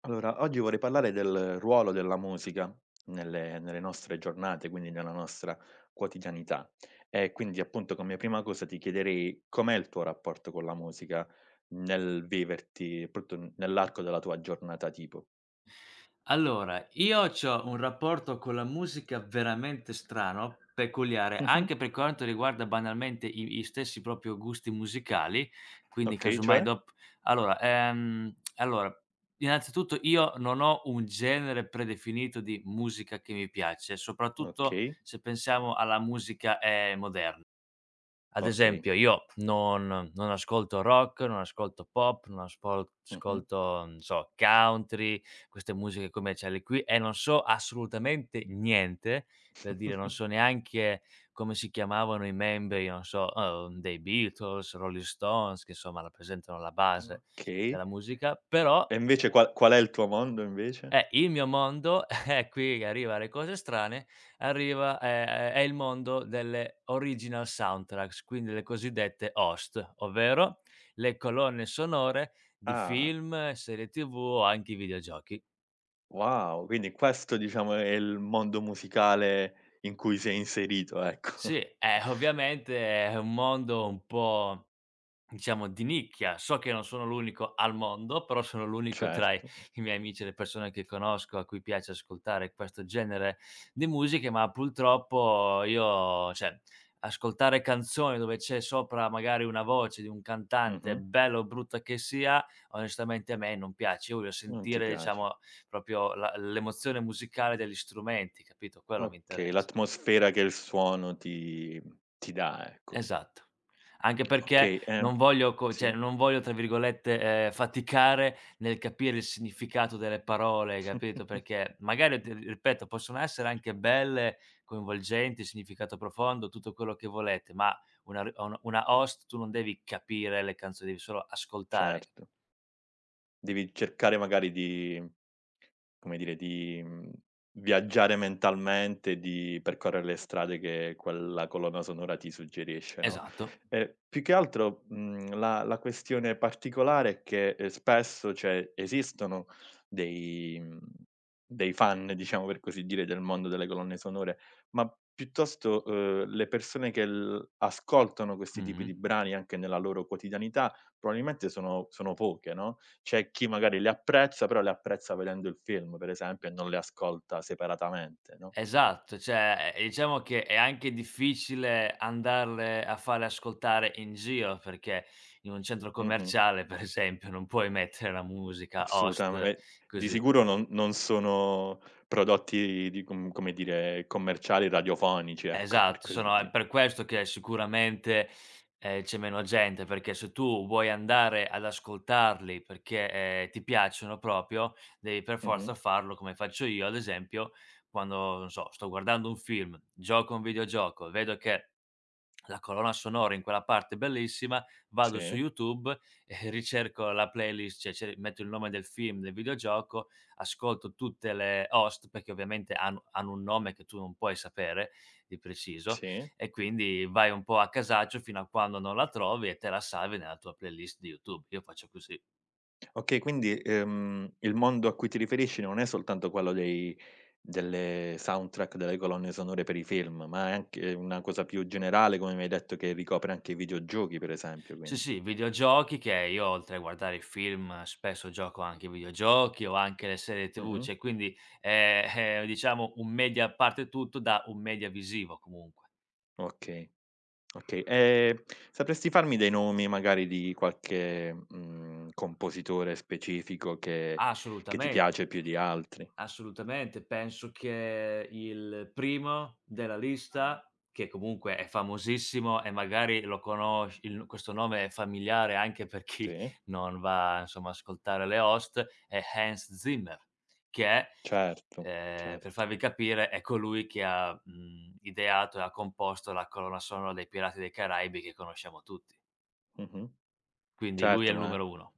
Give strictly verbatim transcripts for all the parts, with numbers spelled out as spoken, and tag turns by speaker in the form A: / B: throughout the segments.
A: Allora, oggi vorrei parlare del ruolo della musica nelle nelle nostre giornate, quindi nella nostra quotidianità. E quindi appunto come prima cosa ti chiederei com'è il tuo rapporto con la musica nel viverti appunto n nell'arco della tua giornata tipo.
B: Allora, io c'ho un rapporto con la musica veramente strano, peculiare,
A: Mh-mh.
B: anche per quanto riguarda banalmente i i stessi proprio gusti musicali, quindi
A: Okay,
B: casomai
A: cioè?
B: dop allora, ehm, allora, innanzitutto io non ho un genere predefinito di musica che mi piace, soprattutto
A: Okay,
B: se pensiamo alla musica, ehm, moderna. Ad
A: okay.
B: esempio io non non ascolto rock, non ascolto pop, non aspol
A: Mh-mh.
B: ascolto, non so, country, queste musiche commerciali qui e non so assolutamente niente, per dire non so neanche come si chiamavano i membri, non so, uhm, dei Beatles, Rolling Stones, che insomma rappresentano la base
A: Okay.
B: della musica, però
A: E invece qual qual è il tuo mondo invece?
B: eh, il mio mondo è qui che arriva alle cose strane, arriva è è è il mondo delle original soundtracks, quindi le cosiddette O S T, ovvero le colonne sonore di
A: Ah,
B: film, serie T V o anche videogiochi.
A: wow, quindi questo diciamo è il mondo musicale in cui sei inserito, ecco.
B: Sì, eh, ovviamente è un mondo un po', diciamo, di nicchia. So che non sono l'unico al mondo, però sono l'unico tra i
A: Certo.
B: i miei amici e le persone che conosco a cui piace ascoltare questo genere di musiche, ma purtroppo io, cioè, ascoltare canzoni dove c'è sopra magari una voce di un cantante,
A: Mh-mh.
B: bella o brutta che sia, onestamente a me non piace. Io voglio
A: Non ti
B: sentire,
A: piace.
B: diciamo, proprio la l'emozione musicale degli strumenti, capito? Quello mi
A: Okay,
B: interessa.
A: l'atmosfera che il suono ti ti dà, ecco.
B: Esatto. Anche perché
A: Okay, ehm
B: non voglio co cioè
A: sì.
B: non voglio tra virgolette, ehm, "faticare" nel capire il significato delle parole, capito, perché magari ti ripeto, possono essere anche belle, coinvolgenti, significato profondo, tutto quello che volete, ma una r un una host tu non devi capire le canzoni, devi solo ascoltare, capi
A: Certo. Devi cercare magari di come dire, di, mhmm, viaggiare mentalmente, di percorrere le strade che quella colonna sonora ti suggerisce, no,
B: Esatto.
A: ehm, più che altro, mhmm, la la questione particolare è che, ehm, spesso, cioè, esistono dei mhmm, dei fan, diciamo per così dire, del mondo delle colonne sonore, ma piuttosto, uhm, le persone che l ascoltano questi tipi
B: Mh-mh.
A: di brani anche nella loro quotidianità probabilmente sono sono poche, no, c'è chi magari le apprezza, però le apprezza vedendo il film, per esempio, e non le ascolta separatamente, no.
B: Esatto, cioè, ehm, diciamo che è anche difficile andarle a fare ascoltare in giro, perché in un centro
A: Mh-mh.
B: commerciale, per esempio, non puoi mettere la musica
A: Assolutamen
B: host
A: e di
B: così.
A: sicuro non non sono prodotti di com come dire, commerciali radiofonici, ecco, per
B: Esatto,
A: così
B: sono è
A: di
B: per questo che sicuramente, ehm, c'è meno gente, perché se tu vuoi andare ad ascoltarli perché, ehm, ti piacciono proprio, devi per
A: mh-mh.
B: forza farlo come faccio io, ad esempio, quando, non so, sto guardando un film, gioco a un videogioco, vedo che La colonna sonora in quella parte è bellissima, vado su
A: Sì,
B: YouTube, e ricerco la playlist, cioè ce metto il nome del film, del videogioco, ascolto tutte le host, perché ovviamente hanno hanno un nome che tu non puoi sapere di preciso,
A: sì.
B: e quindi vai un po' a casaccio fino a quando non la trovi e te la salvi nella tua playlist di YouTube. Io faccio così.
A: Okay, quindi, ehm, il mondo a cui ti riferisci non è soltanto quello dei delle soundtrack, delle colonne sonore per i film, ma è anche una cosa più generale, come mi hai detto, che ricopre anche i videogiochi, per esempio,
B: Sì,
A: quindi.
B: sì, videogiochi che io oltre a guardare i film spesso gioco anche ai videogiochi o anche le serie tivù,
A: Mh-mh.
B: cioè quindi è è diciamo un media, parte tutto da un media visivo comunque.
A: Okay, okay. Ehm, sapresti farmi dei nomi magari di qualche, mhmm, compositore specifico che che ti
B: Assolutamente.
A: piace più di altri?
B: Assolutamente, penso che il primo della lista, che comunque è famosissimo e magari lo conosc il questo nome è familiare anche per chi
A: Sì,
B: non va, insomma, ad ascoltare le host, è Hans Zimmer, che è
A: certo,
B: ehm, per
A: certo.
B: farvi capire, è colui che ha, mhmm, ideato e ha composto la colonna sonora dei Pirati dei Caraibi che conosciamo tutti.
A: Mh-mh.
B: Quindi lui è
A: Certo,
B: il
A: ma
B: numero uno.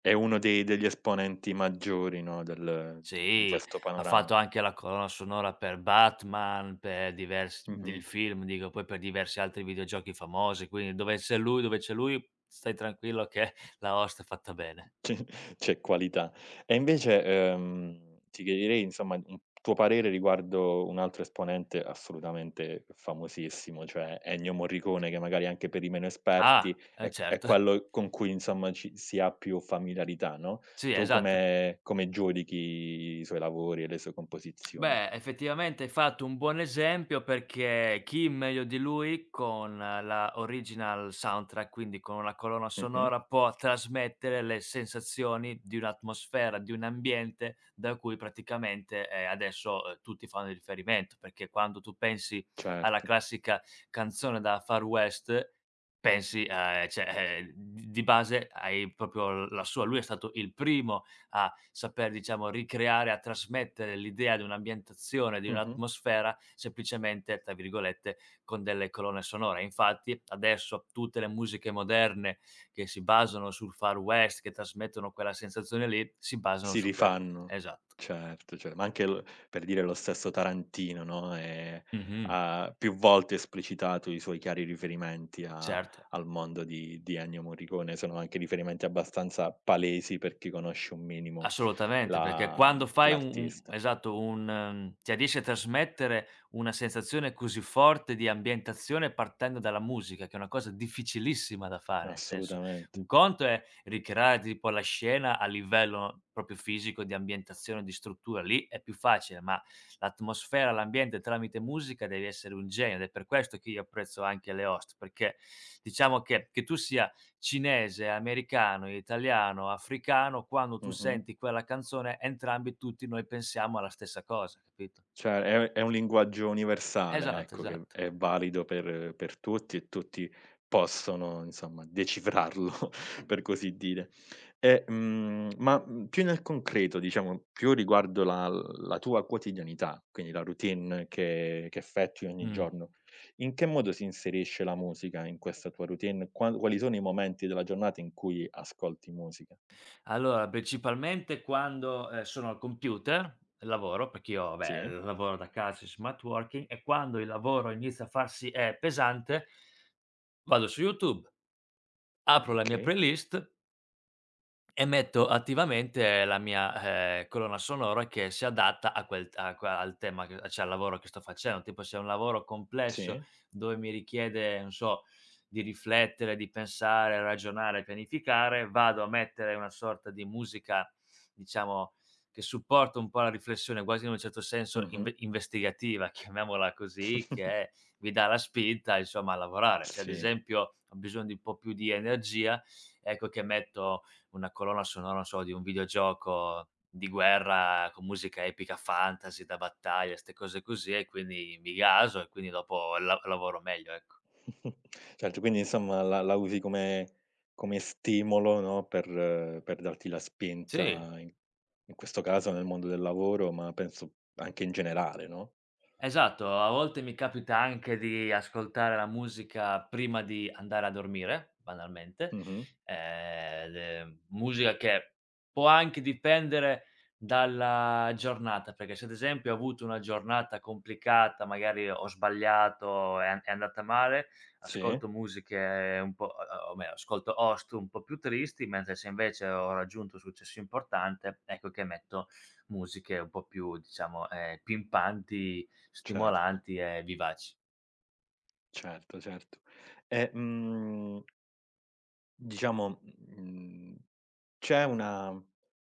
A: è uno dei degli esponenti maggiori, no, del di di
B: Sì,
A: questo
B: ha
A: panorama.
B: fatto anche la colonna sonora per Batman, per divers
A: Mh-mh.
B: del film dico, poi per diversi altri videogiochi famosi, quindi dove c'è lui dove c'è lui, stai tranquillo che la host è fatta bene.
A: C'è c'è qualità. E invece, ehm, ti chiederei insomma un tuo parere riguardo un altro esponente assolutamente famosissimo, cioè Ennio Morricone, che magari anche per i meno esperti
B: Ah, eh
A: è è
B: certo.
A: quello con cui insomma ci si ha più familiarità, no,
B: Sì,
A: tu
B: esatto.
A: come come giudichi i suoi lavori e le sue composizioni?
B: Beh, effettivamente hai fatto un buon esempio perché chi meglio di lui con eh, la original soundtrack, quindi con una colonna
A: Mh-mh,
B: sonora, può trasmettere le sensazioni di un'atmosfera, di un ambiente da cui praticamente eh, adesso eh, tutti fanno riferimento, perché quando tu pensi alla
A: certo.
B: classica canzone da Far West, pensi, eh, cioè, eh, di di base hai proprio la sua, lui è stato il primo a saper, diciamo, ricreare, a trasmettere l'idea di un'ambientazione, di
A: Mh-mh.
B: un'atmosfera, semplicemente, tra virgolette, con delle colonne sonore. Infatti, adesso tutte le musiche moderne che si basano sul Far West, che trasmettono quella sensazione lì, si basano
A: Si
B: su quelle.
A: rifanno.
B: Esatto.
A: Certo, cer ma anche l per dire lo stesso Tarantino, no, ehm,
B: Mh-mh.
A: ha più volte esplicitato i suoi chiari riferimenti a
B: Certo.
A: al mondo di di Ennio Morricone, sono anche riferimenti abbastanza palesi per chi conosce un minimo
B: Assolutamente, perché
A: la mhmm,
B: quando fai un un
A: l'artista.
B: esatto, un mhmm, cioè riesci a trasmettere una sensazione così forte di ambientazione partendo dalla musica, che è una cosa difficilissima da fare, nel senso,
A: Assolutamente.
B: un conto è ricreare tipo la scena a livello proprio fisico, di ambientazione, di struttura, lì è più facile, ma l'atmosfera, l'ambiente tramite musica devi essere un genio ed è per questo che io apprezzo anche le host, perché diciamo che che tu sia cinese, americano, italiano, africano, quando tu
A: Mh-mh.
B: senti quella canzone entrambi tutti noi pensiamo alla stessa cosa, capito?
A: Cioè è è un linguaggio universale,
B: Esatto,
A: ecco, che
B: esatto.
A: è valido per per tutti e tutti possono, insomma, decifrarlo, per così dire. E, mhmm, ma, mhmm, più nel concreto, diciamo, più riguardo la la tua quotidianità, quindi la routine che che effettui ogni
B: Mh.
A: giorno, in che modo si inserisce la musica in questa tua routine? Qua quali sono i momenti della giornata in cui ascolti musica?
B: Allora principalmente quando, ehm, sono al computer, lavoro, perché io vabbè
A: Sì,
B: lavoro da casa in smart working e quando il lavoro inizia a farsi, ehm, pesante, vado su YouTube, apro la mia
A: okay,
B: playlist E metto attivamente la mia, ehm, colonna sonora che si adatta a quel t a que al tema, che cioè al lavoro che sto facendo. Tipo se è un lavoro complesso
A: sì,
B: dove mi richiede, non so, di riflettere, di pensare, ragionare, pianificare, vado a mettere una sorta di musica, diciamo, che supporta un po' la riflessione, quasi in un certo senso
A: mh-mh,
B: inve investigativa, chiamiamola così, che mi dà la spinta insomma a lavorare. Se ad
A: sì.
B: esempio ho bisogno di un po' più di energia, ecco che metto una colonna sonora, non so, di un videogioco di guerra con musica epica fantasy da battaglia, 'ste cose così e quindi mi gaso e quindi dopo la lavoro meglio, ecco.
A: Certo, quindi insomma la la usi come come stimolo, no, per eh, per darti la
B: Sì.
A: spinta in in questo caso nel mondo del lavoro, ma penso anche in generale, no?
B: Esatto, a volte mi capita anche di ascoltare la musica prima di andare a dormire, banalmente,
A: Mh-mh.
B: ehm, ed è musica che può anche dipendere dalla giornata, perché se ad esempio ho avuto una giornata complicata, magari ho sbagliato, è an è andata male,
A: Sì,
B: ascolto musiche un po' o o meglio, ascolto host un po' più tristi, mentre se invece ho raggiunto un successo importante, ecco che metto musiche un po' più, diciamo, ehm, pimpanti.
A: certo,
B: Stimolanti e vivaci.
A: certo, certo. E, mhmm diciamo, mhmm, c'è una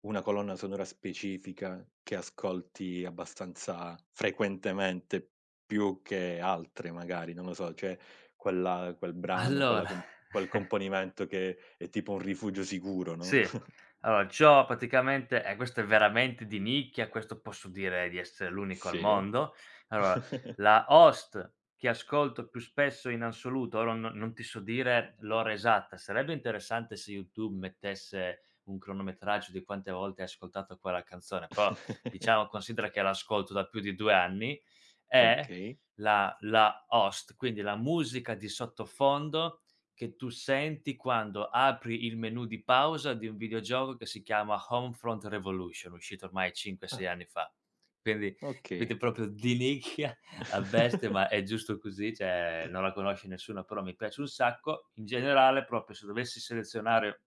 A: una colonna sonora specifica che ascolti abbastanza frequentemente, più che altre magari, non lo so, c'è quella quel brano, quella
B: Allora.
A: com quel componimento che è tipo un rifugio sicuro, no?
B: Sì. Allora, c'ho praticamente eh, questo è veramente di nicchia, questo posso dire di essere l'unico al
A: Sì.
B: mondo. Allora, la host che ascolto più spesso in assoluto, ora non non ti so dire l'ora esatta, sarebbe interessante se YouTube mettesse un cronometraggio di quante volte hai ascoltato quella canzone, però diciamo considera che l'ascolto da più di due anni, è
A: Okay.
B: la la host, quindi la musica di sottofondo che tu senti quando apri il menu di pausa di un videogioco che si chiama Homefront Revolution, uscito ormai cinque, sei
A: Ah,
B: anni fa. Quindi,
A: okay.
B: capito, proprio di nicchia a bestia, ma è giusto così, cioè non la conosce nessuno, però mi piace un sacco. In generale, proprio se dovessi selezionare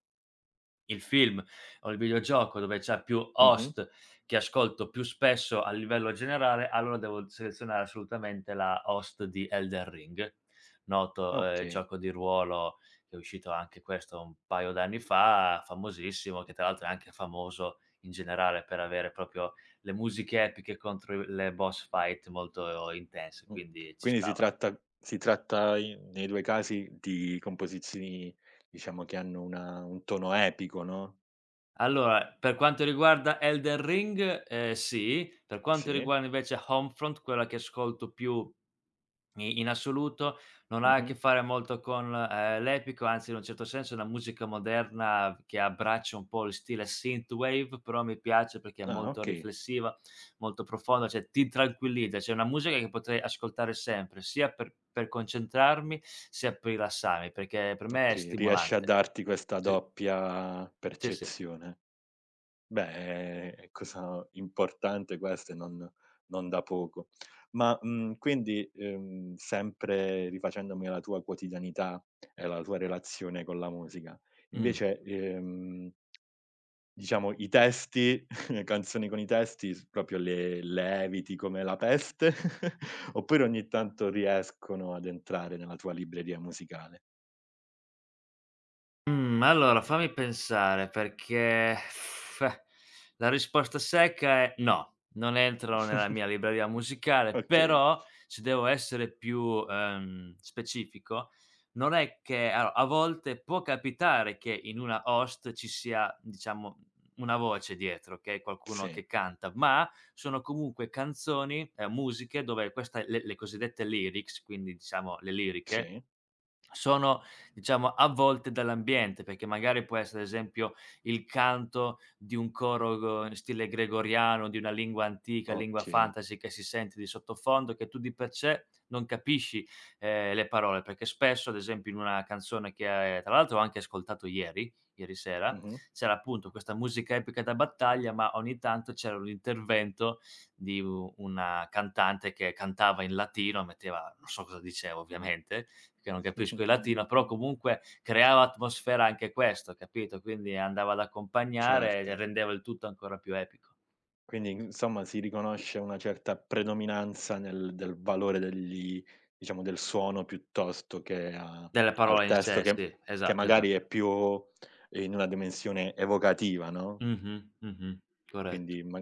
B: il film o il videogioco dove c'ha più
A: Mh-mh.
B: host che ascolto più spesso a livello generale, allora devo selezionare assolutamente la host di Elden Ring, noto, ehm,
A: Okay.
B: gioco di ruolo che è uscito anche questo un paio d'anni fa, famosissimo, che tra l'altro è anche famoso in generale per avere proprio le musiche epiche contro i le boss fight molto intense,
A: Mh.
B: quindi ci
A: Quindi si
B: stava.
A: tratta si tratta in nei due casi di composizioni, diciamo, che hanno una un tono epico, no,
B: Allora, per quanto riguarda Elden Ring, ehm, sì. Per quanto
A: sì?
B: riguarda invece Homefront, quella che ascolto più i in assoluto, non ha a
A: Mh-mh.
B: che fare molto con, ehm, l'epico, anzi in un certo senso è una musica moderna che abbraccia un po' il stile synthwave, però mi piace perché è
A: Ah,
B: molto
A: okay,
B: riflessiva, molto profonda, cioè ti tranquillizza. Cioè è una musica che potrei ascoltare sempre, sia per per concentrarmi, sia per rilassarmi, perché per me è
A: okay. Riesce a
B: stimolante.
A: darti questa
B: Sì.
A: doppia
B: Sì, sì.
A: percezione. Beh, è è cosa importante questa e non non da poco. Ma, mhmm, quindi, ehm, sempre rifacendomi alla tua quotidianità e alla tua relazione con la musica,
B: Mh.
A: invece, ehm diciamo i testi, canzoni con i testi s proprio le le eviti come la peste, oppure ogni tanto riescono ad entrare nella tua libreria musicale.
B: Mhmm, allora fammi pensare perché la risposta secca è no, non entrano nella mia libreria musicale,
A: Okay,
B: però se devo essere più, ehm, specifico, non è che allo a volte può capitare che in una host ci sia, diciamo, una voce dietro, okay, qualcuno
A: sì,
B: che canta, ma sono comunque canzoni, ehm, musiche dove questa le le cosiddette lyrics, quindi diciamo le liriche
A: sì,
B: sono, diciamo, avvolte dall'ambiente, perché magari può essere, ad esempio, il canto di un coro go in stile gregoriano, di una lingua antica, lingua
A: okay.
B: fantasy che si sente di sottofondo, che tu di per sé non capisci, ehm, le parole, perché spesso, ad esempio, in una canzone che, ehm, tra l'altro ho anche ascoltato ieri, ieri sera,
A: Mh-mh,
B: c'era appunto questa musica epica da battaglia, ma ogni tanto c'era un intervento di u una cantante che cantava in latino, metteva non so cosa diceva ovviamente, che non
A: mh-mh,
B: capisco il latino, però comunque creava atmosfera anche questo, capito, quindi andava ad accompagnare e
A: certo.
B: rendeva il tutto ancora più epico.
A: Quindi insomma si riconosce una certa predominanza nel del valore degli diciamo del suono piuttosto che a
B: Delle
A: al
B: parole in
A: testo
B: sé,
A: che
B: sì,
A: che
B: esatto,
A: magari è
B: esatto.
A: più in una dimensione evocativa, no,
B: Mh-mh, mh-mh, corret
A: quindi ma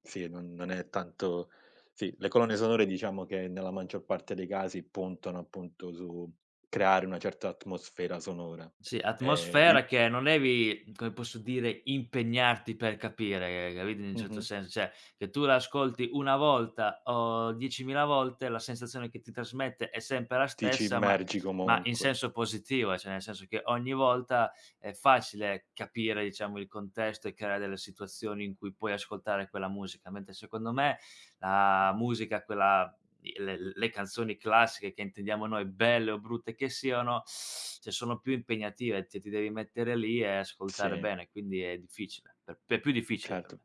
A: sì, non non è tanto sì, le colonne sonore diciamo che nella maggior parte dei casi puntano appunto su creare una certa atmosfera sonora.
B: Sì,
A: Ehm, il
B: atmosfera che non devi, come posso dire, impegnarti per capire, capito, in un certo
A: mh-mh,
B: senso, cioè che tu l'ascolti una volta o diecimila volte, la sensazione che ti trasmette è sempre la
A: ti ci
B: stessa, ma
A: immergi
B: ma in
A: comunque.
B: senso positivo, eh, cioè nel senso che ogni volta è facile capire, diciamo, il contesto e creare delle situazioni in cui puoi ascoltare quella musica, mentre secondo me la musica, quella i le le canzoni classiche che intendiamo noi, belle o brutte che siano, cioè sono più impegnative, cioè ti devi mettere lì e ascoltare
A: Sì,
B: bene, quindi è difficile, per è più difficile per
A: certo.
B: me.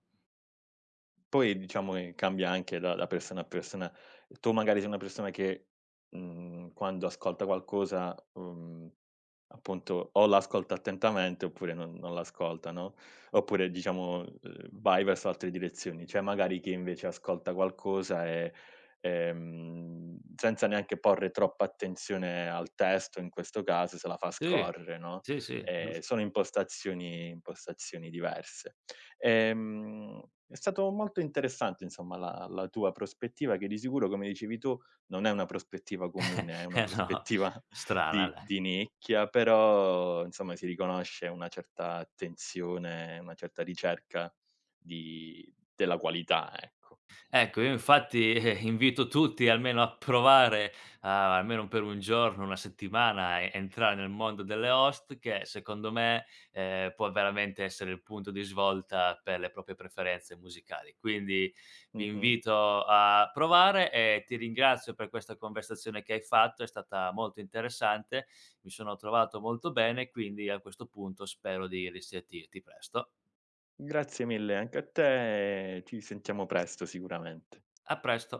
A: Poi diciamo che cambia anche da da persona a persona. Tu magari sei una persona che, mhmm, quando ascolta qualcosa, uhm, appunto o l'ascolta attentamente oppure non non l'ascolta, no, oppure diciamo, uhm, vai verso altre direzioni. C'è magari chi invece ascolta qualcosa e, ehm, senza neanche porre troppa attenzione al testo, in questo caso se la fa
B: Sì,
A: scorrere, no,
B: sì, sì,
A: ehm,
B: giust
A: sono impostazioni impostazioni diverse. Ehm, è stato molto interessante insomma la la tua prospettiva che di sicuro, come dicevi tu, non è una prospettiva comune, è una
B: eh no,
A: prospettiva
B: strana,
A: di
B: dai.
A: di nicchia, però insomma si riconosce una certa attenzione, una certa ricerca di della qualità, ecco.
B: Ecco, io infatti, eh, invito tutti almeno a provare, a almeno per un giorno, una settimana, a entrare nel mondo delle host che secondo me, ehm, può veramente essere il punto di svolta per le proprie preferenze musicali. Quindi vi
A: Mh-mh.
B: invito a provare e ti ringrazio per questa conversazione che hai fatto, è stata molto interessante, mi sono trovato molto bene, quindi a questo punto spero di risentirti presto.
A: Grazie mille anche a te e ci sentiamo presto sicuramente.
B: A presto.